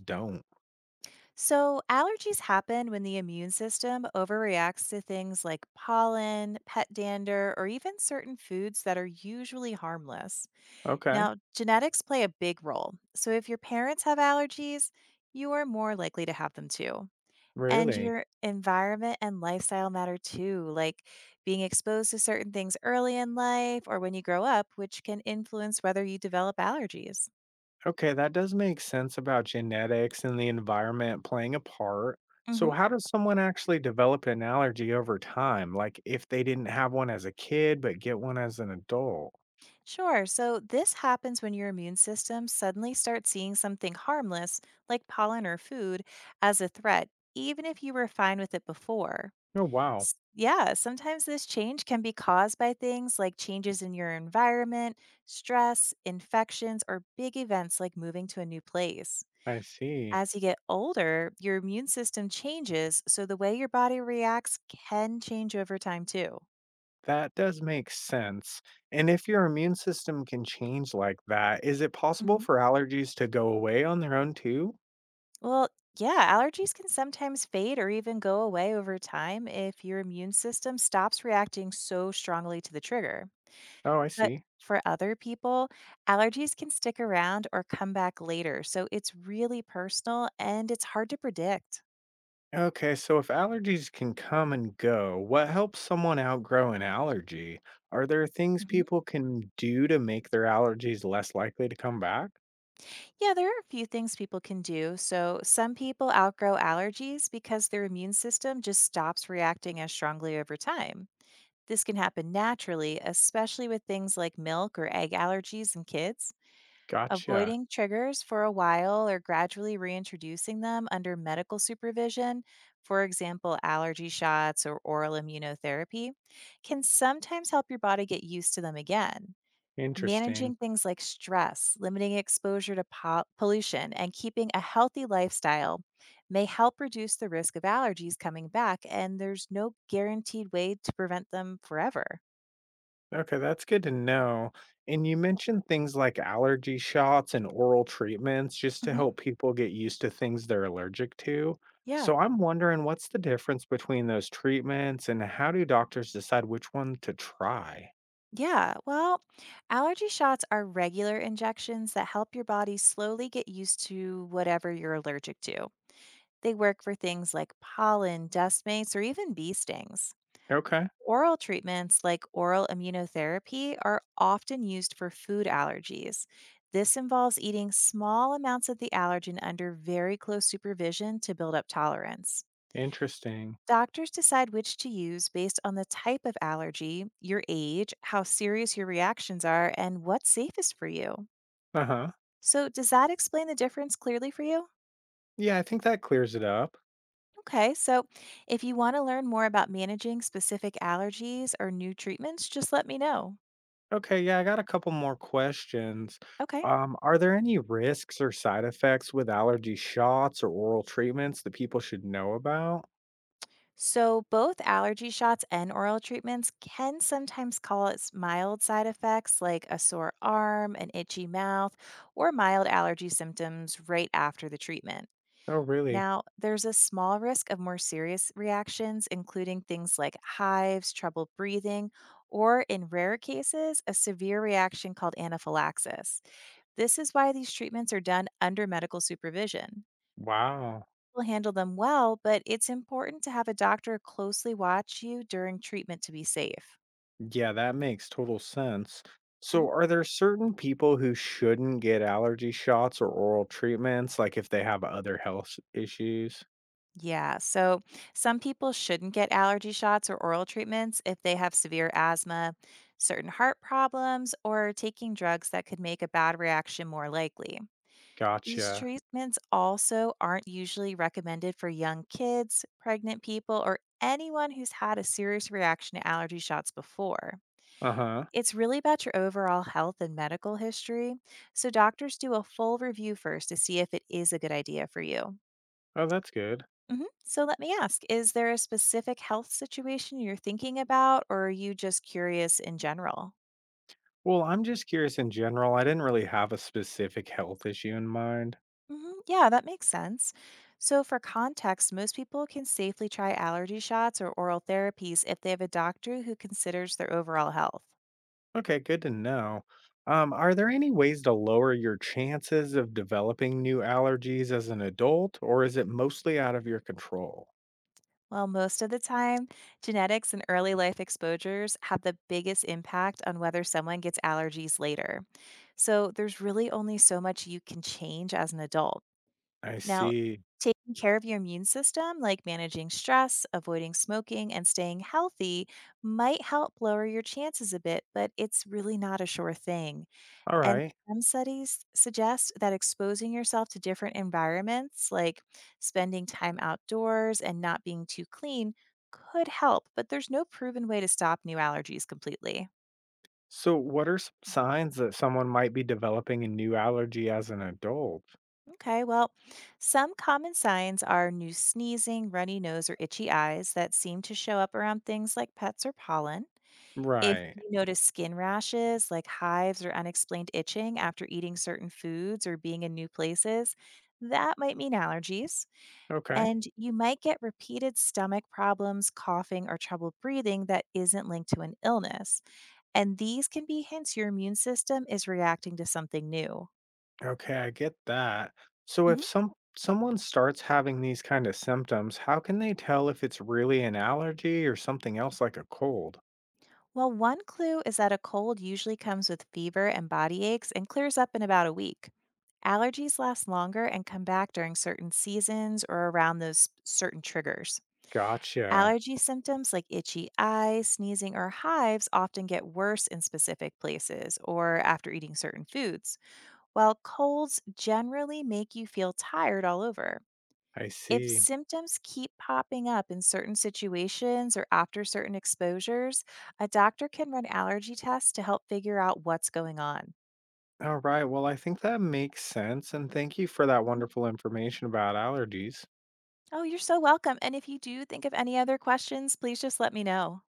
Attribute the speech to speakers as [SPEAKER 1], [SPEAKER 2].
[SPEAKER 1] Don't.
[SPEAKER 2] So, allergies happen when the immune system overreacts to things like pollen, pet dander, or even certain foods that are usually harmless.
[SPEAKER 1] Okay.
[SPEAKER 2] Now, genetics play a big role. So, if your parents have allergies, you are more likely to have them too. And
[SPEAKER 1] Really?
[SPEAKER 2] your environment and lifestyle matter too, like being exposed to certain things early in life or when you grow up, which can influence whether you develop allergies.
[SPEAKER 1] Okay, that does make sense about genetics and the environment playing a part. So,
[SPEAKER 2] Mhm.
[SPEAKER 1] how does someone actually develop an allergy over time? Like if they didn't have one as a kid, but get one as an adult?
[SPEAKER 2] Sure. So this happens when your immune system suddenly starts seeing something harmless, like pollen or food, as a threat, even if you were fine with it before.
[SPEAKER 1] Oh, wow.
[SPEAKER 2] Yeah, sometimes this change can be caused by things like changes in your environment, stress, infections, or big events like moving to a new place.
[SPEAKER 1] I see.
[SPEAKER 2] As you get older, your immune system changes, so the way your body reacts can change over time too.
[SPEAKER 1] That does make sense. And if your immune system can change like that, is it possible for allergies to go away on their own too?
[SPEAKER 2] Well, yeah, allergies can sometimes fade or even go away over time if your immune system stops reacting so strongly to the trigger.
[SPEAKER 1] Oh, I
[SPEAKER 2] But
[SPEAKER 1] see.
[SPEAKER 2] for other people, allergies can stick around or come back later. So it's really personal and it's hard to predict.
[SPEAKER 1] Okay, so if allergies can come and go, what helps someone outgrow an allergy? Are there things
[SPEAKER 2] Hmm.
[SPEAKER 1] people can do to make their allergies less likely to come back?
[SPEAKER 2] Yeah, there are a few things people can do. So, some people outgrow allergies because their immune system just stops reacting as strongly over time. This can happen naturally, especially with things like milk or egg allergies in kids.
[SPEAKER 1] Gotcha.
[SPEAKER 2] Avoiding triggers for a while or gradually reintroducing them under medical supervision, for example, allergy shots or oral immunotherapy, can sometimes help your body get used to them again. Managing
[SPEAKER 1] Interesting.
[SPEAKER 2] things like stress, limiting exposure to pollution, and keeping a healthy lifestyle may help reduce the risk of allergies coming back, and there's no guaranteed way to prevent them forever.
[SPEAKER 1] Okay, that's good to know. And you mentioned things like allergy shots and oral treatments just to
[SPEAKER 2] Mhm.
[SPEAKER 1] help people get used to things they're allergic to.
[SPEAKER 2] Yeah.
[SPEAKER 1] So I'm wondering what's the difference between those treatments and how do doctors decide which one to try?
[SPEAKER 2] Yeah, well, allergy shots are regular injections that help your body slowly get used to whatever you're allergic to. They work for things like pollen, dust mites, or even bee stings.
[SPEAKER 1] Okay,
[SPEAKER 2] Oral treatments like oral immunotherapy are often used for food allergies. This involves eating small amounts of the allergen under very close supervision to build up tolerance.
[SPEAKER 1] interesting.
[SPEAKER 2] Doctors decide which to use based on the type of allergy, your age, how serious your reactions are, and what's safest for you.
[SPEAKER 1] Uh huh.
[SPEAKER 2] So, does that explain the difference clearly for you?
[SPEAKER 1] Yeah, I think that clears it up.
[SPEAKER 2] Okay, so if you want to learn more about managing specific allergies or new treatments, just let me know.
[SPEAKER 1] Okay, yeah, I got a couple more questions.
[SPEAKER 2] Okay.
[SPEAKER 1] Are there any risks or side effects with allergy shots or oral treatments that people should know about?
[SPEAKER 2] So, both allergy shots and oral treatments can sometimes cause mild side effects like a sore arm, an itchy mouth, or mild allergy symptoms right after the treatment.
[SPEAKER 1] Oh, really?
[SPEAKER 2] Now, there's a small risk of more serious reactions, including things like hives, trouble breathing, or in rare cases, a severe reaction called anaphylaxis. This is why these treatments are done under medical supervision.
[SPEAKER 1] Wow.
[SPEAKER 2] We'll handle them well, but it's important to have a doctor closely watch you during treatment to be safe.
[SPEAKER 1] Yeah, that makes total sense. So, are there certain people who shouldn't get allergy shots or oral treatments, like if they have other health issues?
[SPEAKER 2] Yeah, so some people shouldn't get allergy shots or oral treatments if they have severe asthma, certain heart problems, or are taking drugs that could make a bad reaction more likely. These
[SPEAKER 1] Gotcha.
[SPEAKER 2] treatments also aren't usually recommended for young kids, pregnant people, or anyone who's had a serious reaction to allergy shots before.
[SPEAKER 1] Uh huh.
[SPEAKER 2] It's really about your overall health and medical history, so doctors do a full review first to see if it is a good idea for you.
[SPEAKER 1] Oh, that's good.
[SPEAKER 2] So let me ask, is there a specific health situation you're thinking about, or are you just curious in general?
[SPEAKER 1] Well, I'm just curious in general. I didn't really have a specific health issue in mind.
[SPEAKER 2] Hmm. Yeah, that makes sense. So, for context, most people can safely try allergy shots or oral therapies if they have a doctor who considers their overall health.
[SPEAKER 1] Okay, good to know. Are there any ways to lower your chances of developing new allergies as an adult, or is it mostly out of your control?
[SPEAKER 2] Well, most of the time, genetics and early life exposures have the biggest impact on whether someone gets allergies later. So, there's really only so much you can change as an adult.
[SPEAKER 1] I
[SPEAKER 2] Now,
[SPEAKER 1] see.
[SPEAKER 2] taking care of your immune system, like managing stress, avoiding smoking, and staying healthy, might help lower your chances a bit, but it's really not a sure thing.
[SPEAKER 1] All
[SPEAKER 2] And
[SPEAKER 1] right.
[SPEAKER 2] some studies suggest that exposing yourself to different environments, like spending time outdoors and not being too clean, could help, but there's no proven way to stop new allergies completely.
[SPEAKER 1] So, what are some signs that someone might be developing a new allergy as an adult?
[SPEAKER 2] Okay, well, some common signs are new sneezing, runny nose, or itchy eyes that seem to show up around things like pets or pollen. If
[SPEAKER 1] Right.
[SPEAKER 2] you notice skin rashes like hives or unexplained itching after eating certain foods or being in new places, that might mean allergies.
[SPEAKER 1] Okay.
[SPEAKER 2] And you might get repeated stomach problems, coughing, or trouble breathing that isn't linked to an illness. And these can be hints your immune system is reacting to something new.
[SPEAKER 1] Okay, I get that. So, if
[SPEAKER 2] Mhm.
[SPEAKER 1] some someone starts having these kind of symptoms, how can they tell if it's really an allergy or something else like a cold?
[SPEAKER 2] Well, one clue is that a cold usually comes with fever and body aches and clears up in about a week. Allergies last longer and come back during certain seasons or around those certain triggers.
[SPEAKER 1] Gotcha.
[SPEAKER 2] Allergy symptoms like itchy eyes, sneezing, or hives often get worse in specific places or after eating certain foods, while colds generally make you feel tired all over.
[SPEAKER 1] I
[SPEAKER 2] If
[SPEAKER 1] see.
[SPEAKER 2] symptoms keep popping up in certain situations or after certain exposures, a doctor can run allergy tests to help figure out what's going on.
[SPEAKER 1] Alright, well, I think that makes sense, and thank you for that
[SPEAKER 2] Mhm.
[SPEAKER 1] wonderful information about allergies.
[SPEAKER 2] Oh, you're so welcome. And if you do think of any other questions, please just let me know.